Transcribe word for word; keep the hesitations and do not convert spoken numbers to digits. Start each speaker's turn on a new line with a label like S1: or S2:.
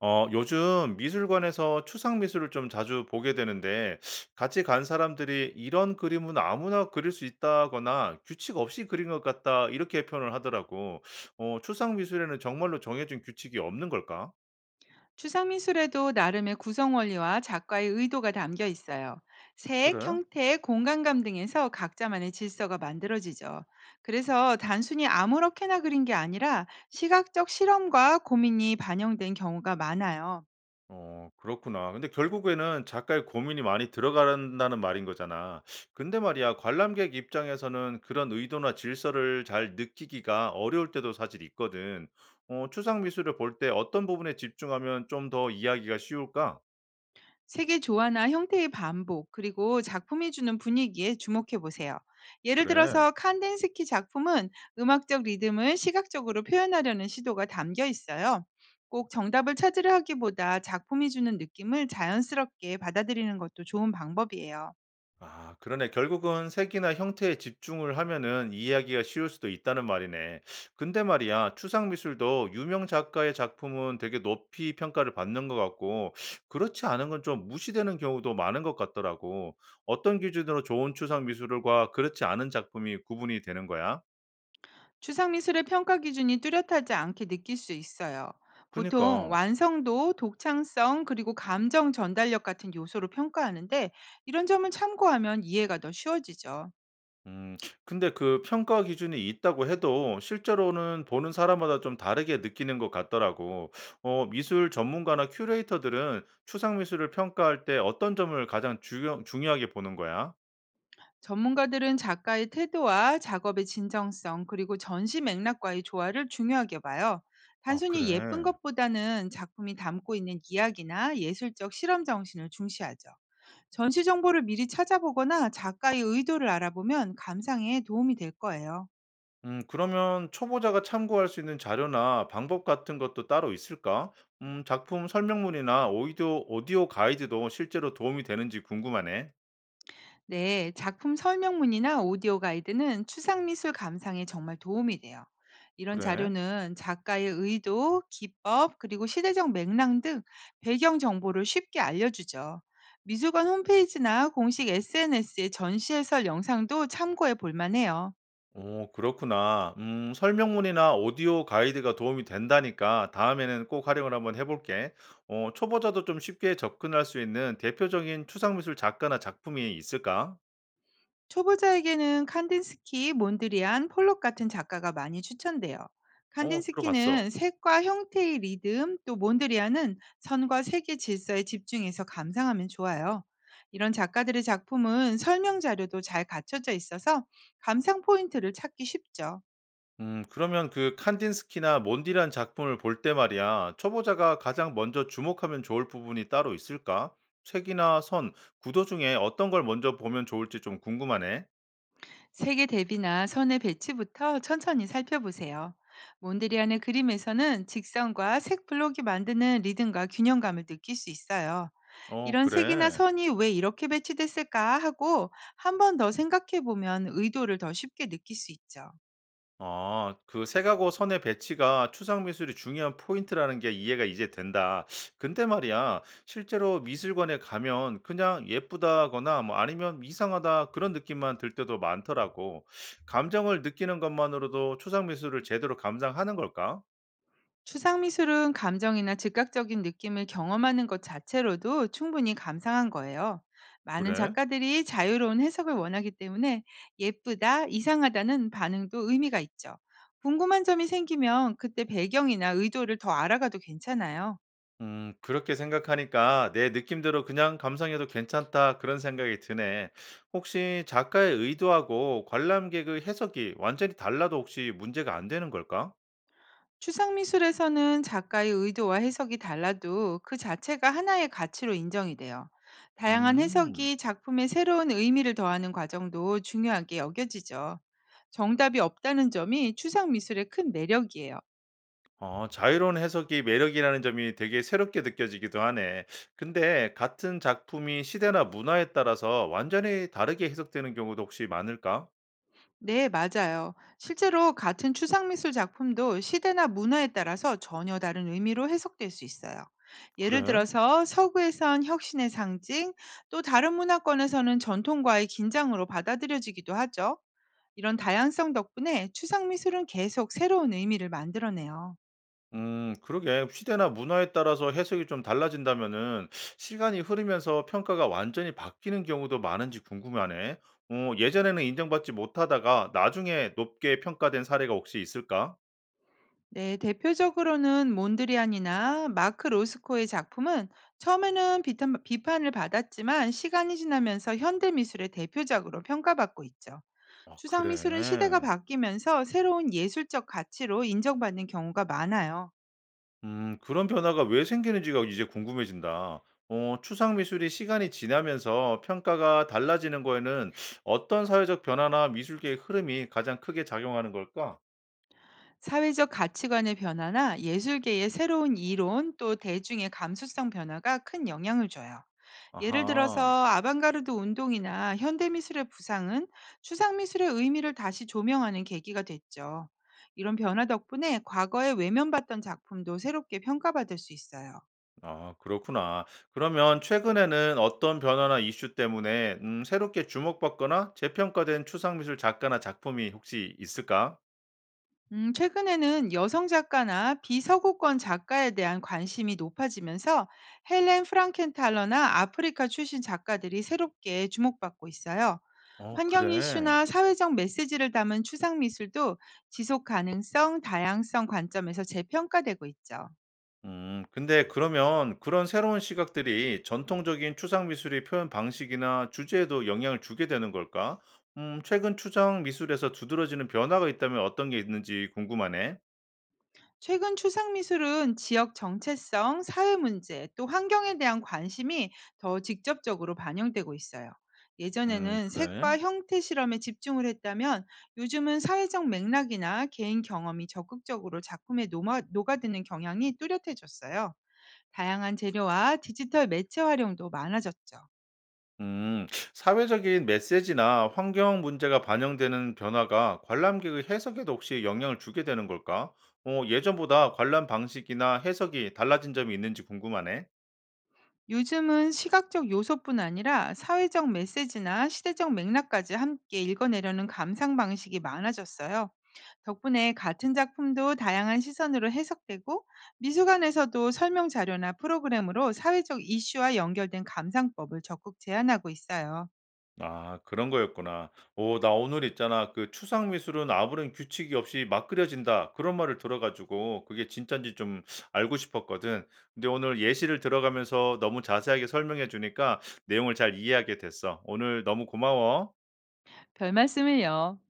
S1: 어, 요즘 미술관에서 추상 미술을 좀 자주 보게 되는데, 같이 간 사람들이 이런 그림은 아무나 그릴 수 있다거나 규칙 없이 그린 것 같다, 이렇게 표현을 하더라고. 어, 추상 미술에는 정말로 정해진 규칙이 없는 걸까?
S2: 추상미술에도 나름의 구성 원리와 작가의 의도가 담겨 있어요. 색,
S1: 그래?
S2: 형태, 공간감 등에서 각자만의 질서가 만들어지죠. 그래서 단순히 아무렇게나 그린 게 아니라 시각적 실험과 고민이 반영된 경우가 많아요.
S1: 어 그렇구나. 근데 결국에는 작가의 고민이 많이 들어간다는 말인 거잖아. 근데 말이야, 관람객 입장에서는 그런 의도나 질서를 잘 느끼기가 어려울 때도 사실 있거든. 어, 추상 미술을 볼 때 어떤 부분에 집중하면 좀 더 이해하기가 쉬울까?
S2: 색의 조화나 형태의 반복, 그리고 작품이 주는 분위기에 주목해 보세요. 예를
S1: 그래.
S2: 들어서 칸덴스키 작품은 음악적 리듬을 시각적으로 표현하려는 시도가 담겨 있어요. 꼭 정답을 찾으려 하기보다 작품이 주는 느낌을 자연스럽게 받아들이는 것도 좋은 방법이에요.
S1: 아, 그러네. 결국은 색이나 형태에 집중을 하면은 이해하기가 쉬울 수도 있다는 말이네. 근데 말이야, 추상 미술도 유명 작가의 작품은 되게 높이 평가를 받는 것 같고, 그렇지 않은 건 좀 무시되는 경우도 많은 것 같더라고. 어떤 기준으로 좋은 추상 미술과 그렇지 않은 작품이 구분이 되는 거야?
S2: 추상 미술의 평가 기준이 뚜렷하지 않게 느낄 수 있어요. 보통
S1: 그니까.
S2: 완성도, 독창성, 그리고 감정 전달력 같은 요소로 평가하는데 이런 점을 참고하면 이해가 더 쉬워지죠.
S1: 음. 근데 그 평가 기준이 있다고 해도 실제로는 보는 사람마다 좀 다르게 느끼는 것 같더라고. 어, 미술 전문가나 큐레이터들은 추상 미술을 평가할 때 어떤 점을 가장 중요, 중요하게 보는 거야?
S2: 전문가들은 작가의 태도와 작업의 진정성, 그리고 전시 맥락과의 조화를 중요하게 봐요.
S1: 아,
S2: 단순히 예쁜
S1: 그래.
S2: 것보다는 작품이 담고 있는 이야기나 예술적 실험 정신을 중시하죠. 전시 정보를 미리 찾아보거나 작가의 의도를 알아보면 감상에 도움이 될 거예요.
S1: 음, 그러면 초보자가 참고할 수 있는 자료나 방법 같은 것도 따로 있을까? 음, 작품 설명문이나 오디오, 오디오 가이드도 실제로 도움이 되는지 궁금하네.
S2: 네, 작품 설명문이나 오디오 가이드는 추상 미술 감상에 정말 도움이 돼요. 이런
S1: 그래.
S2: 자료는 작가의 의도, 기법, 그리고 시대적 맥락 등 배경 정보를 쉽게 알려주죠. 미술관 홈페이지나 공식 에스엔에스의 전시 해설 영상도 참고해 볼 만해요.
S1: 오 그렇구나. 음, 설명문이나 오디오 가이드가 도움이 된다니까 다음에는 꼭 활용을 한번 해 볼게. 어 초보자도 좀 쉽게 접근할 수 있는 대표적인 추상 미술 작가나 작품이 있을까?
S2: 초보자에게는 칸딘스키, 몬드리안, 폴록 같은 작가가 많이 추천돼요.
S1: 어 들어봤어.
S2: 칸딘스키는 색과 형태의 리듬, 또 몬드리안은 선과 색의 질서에 집중해서 감상하면 좋아요. 이런 작가들의 작품은 설명 자료도 잘 갖춰져 있어서 감상 포인트를 찾기 쉽죠.
S1: 음 그러면 그 칸딘스키나 몬디란 작품을 볼 때 말이야. 초보자가 가장 먼저 주목하면 좋을 부분이 따로 있을까? 색이나 선, 구도 중에 어떤 걸 먼저 보면 좋을지 좀 궁금하네.
S2: 색의 대비나 선의 배치부터 천천히 살펴보세요. 몬드리안의 그림에서는 직선과 색 블록이 만드는 리듬과 균형감을 느낄 수 있어요.
S1: 어
S2: 이런 색이나
S1: 그래.
S2: 선이 왜 이렇게 배치됐을까 하고 한 번 더 생각해 보면 의도를 더 쉽게 느낄 수 있죠.
S1: 아 그 색하고 선의 배치가 추상 미술이 중요한 포인트라는 게 이해가 이제 된다. 근데 말이야, 실제로 미술관에 가면 그냥 예쁘다거나 뭐 아니면 이상하다 그런 느낌만 들 때도 많더라고. 감정을 느끼는 것만으로도 추상 미술을 제대로 감상하는 걸까?
S2: 추상 미술은 감정이나 즉각적인 느낌을 경험하는 것 자체로도 충분히 감상한 거예요. 많은
S1: 그래?
S2: 작가들이 자유로운 해석을 원하기 때문에 예쁘다, 이상하다는 반응도 의미가 있죠. 궁금한 점이 생기면 그때 배경이나 의도를 더 알아가도 괜찮아요.
S1: 음, 그렇게 생각하니까 내 느낌대로 그냥 감상해도 괜찮다 그런 생각이 드네. 혹시 작가의 의도하고 관람객의 해석이 완전히 달라도 혹시 문제가 안 되는 걸까?
S2: 추상미술에서는 작가의 의도와 해석이 달라도 그 자체가 하나의 가치로 인정이 돼요. 다양한
S1: 음.
S2: 해석이 작품에 새로운 의미를 더하는 과정도 중요하게 여겨지죠. 정답이 없다는 점이 추상미술의 큰 매력이에요.
S1: 어 자유로운 해석이 매력이라는 점이 되게 새롭게 느껴지기도 하네. 근데 같은 작품이 시대나 문화에 따라서 완전히 다르게 해석되는 경우도 혹시 많을까?
S2: 네, 맞아요. 실제로 같은 추상미술 작품도 시대나 문화에 따라서 전혀 다른 의미로 해석될 수 있어요. 예를
S1: 그래?
S2: 들어서 서구에선 혁신의 상징, 또 다른 문화권에서는 전통과의 긴장으로 받아들여지기도 하죠. 이런 다양성 덕분에 추상 미술은 계속 새로운 의미를 만들어내요.
S1: 음, 그러게. 시대나 문화에 따라서 해석이 좀 달라진다면은 시간이 흐르면서 평가가 완전히 바뀌는 경우도 많은지 궁금하네. 어, 예전에는 인정받지 못하다가 나중에 높게 평가된 사례가 혹시 있을까?
S2: 네, 대표적으로는 몬드리안이나 마크 로스코의 작품은 처음에는 비탄- 비판을 받았지만 시간이 지나면서 현대 미술의 대표작으로 평가받고 있죠.
S1: 아,
S2: 추상
S1: 그래.
S2: 미술은 시대가 바뀌면서 새로운 예술적 가치로 인정받는 경우가 많아요.
S1: 음, 그런 변화가 왜 생기는지가 이제 궁금해진다. 어, 추상 미술이 시간이 지나면서 평가가 달라지는 거에는 어떤 사회적 변화나 미술계의 흐름이 가장 크게 작용하는 걸까?
S2: 사회적 가치관의 변화나 예술계의 새로운 이론 또 대중의 감수성 변화가 큰 영향을 줘요. 예를 들어서
S1: 아하,
S2: 아방가르드 운동이나 현대미술의 부상은 추상미술의 의미를 다시 조명하는 계기가 됐죠. 이런 변화 덕분에 과거에 외면받던 작품도 새롭게 평가받을 수 있어요.
S1: 아, 그렇구나. 그러면 최근에는 어떤 변화나 이슈 때문에 음, 새롭게 주목받거나 재평가된 추상 미술 작가나 작품이 혹시 있을까?
S2: 음, 최근에는 여성 작가나 비서구권 작가에 대한 관심이 높아지면서 헬렌 프랑켄탈러나 아프리카 출신 작가들이 새롭게 주목받고 있어요.
S1: 어,
S2: 환경
S1: 그래.
S2: 이슈나 사회적 메시지를 담은 추상 미술도 지속 가능성, 다양성 관점에서 재평가되고 있죠.
S1: 음, 근데 그러면 그런 새로운 시각들이 전통적인 추상 미술의 표현 방식이나 주제에도 영향을 주게 되는 걸까? 음, 최근 추상 미술에서 두드러지는 변화가 있다면 어떤 게 있는지 궁금하네.
S2: 최근 추상 미술은 지역 정체성, 사회 문제, 또 환경에 대한 관심이 더 직접적으로 반영되고 있어요.
S1: 음,
S2: 예전에는
S1: 그래.
S2: 색과 형태 실험에 집중을 했다면 요즘은 사회적 맥락이나 개인 경험이 적극적으로 작품에 녹아- 녹아드는 경향이 뚜렷해졌어요. 다양한 재료와 디지털 매체 활용도 많아졌죠.
S1: 음, 사회적인 메시지나 환경 문제가 반영되는 변화가 관람객의 해석에도 혹시 영향을 주게 되는 걸까? 어, 예전보다 관람 방식이나 해석이 달라진 점이 있는지 궁금하네.
S2: 요즘은 시각적 요소뿐 아니라 사회적 메시지나 시대적 맥락까지 함께 읽어내려는 감상 방식이 많아졌어요. 덕분에 같은 작품도 다양한 시선으로 해석되고 미술관에서도 설명 자료나 프로그램으로 사회적 이슈와 연결된 감상법을 적극 제안하고 있어요.
S1: 아 그런 거였구나. 오, 나 오늘 있잖아 그 추상 미술은 아무런 규칙이 없이 막 그려진다." 그런 말을 들어 가지고 그게 진짠지 좀 알고 싶었거든. 근데 오늘 예시를 들어가면서 너무 자세하게 설명해 주니까 내용을 잘 이해하게 됐어. 오늘 너무 고마워.
S2: 별 말씀을요.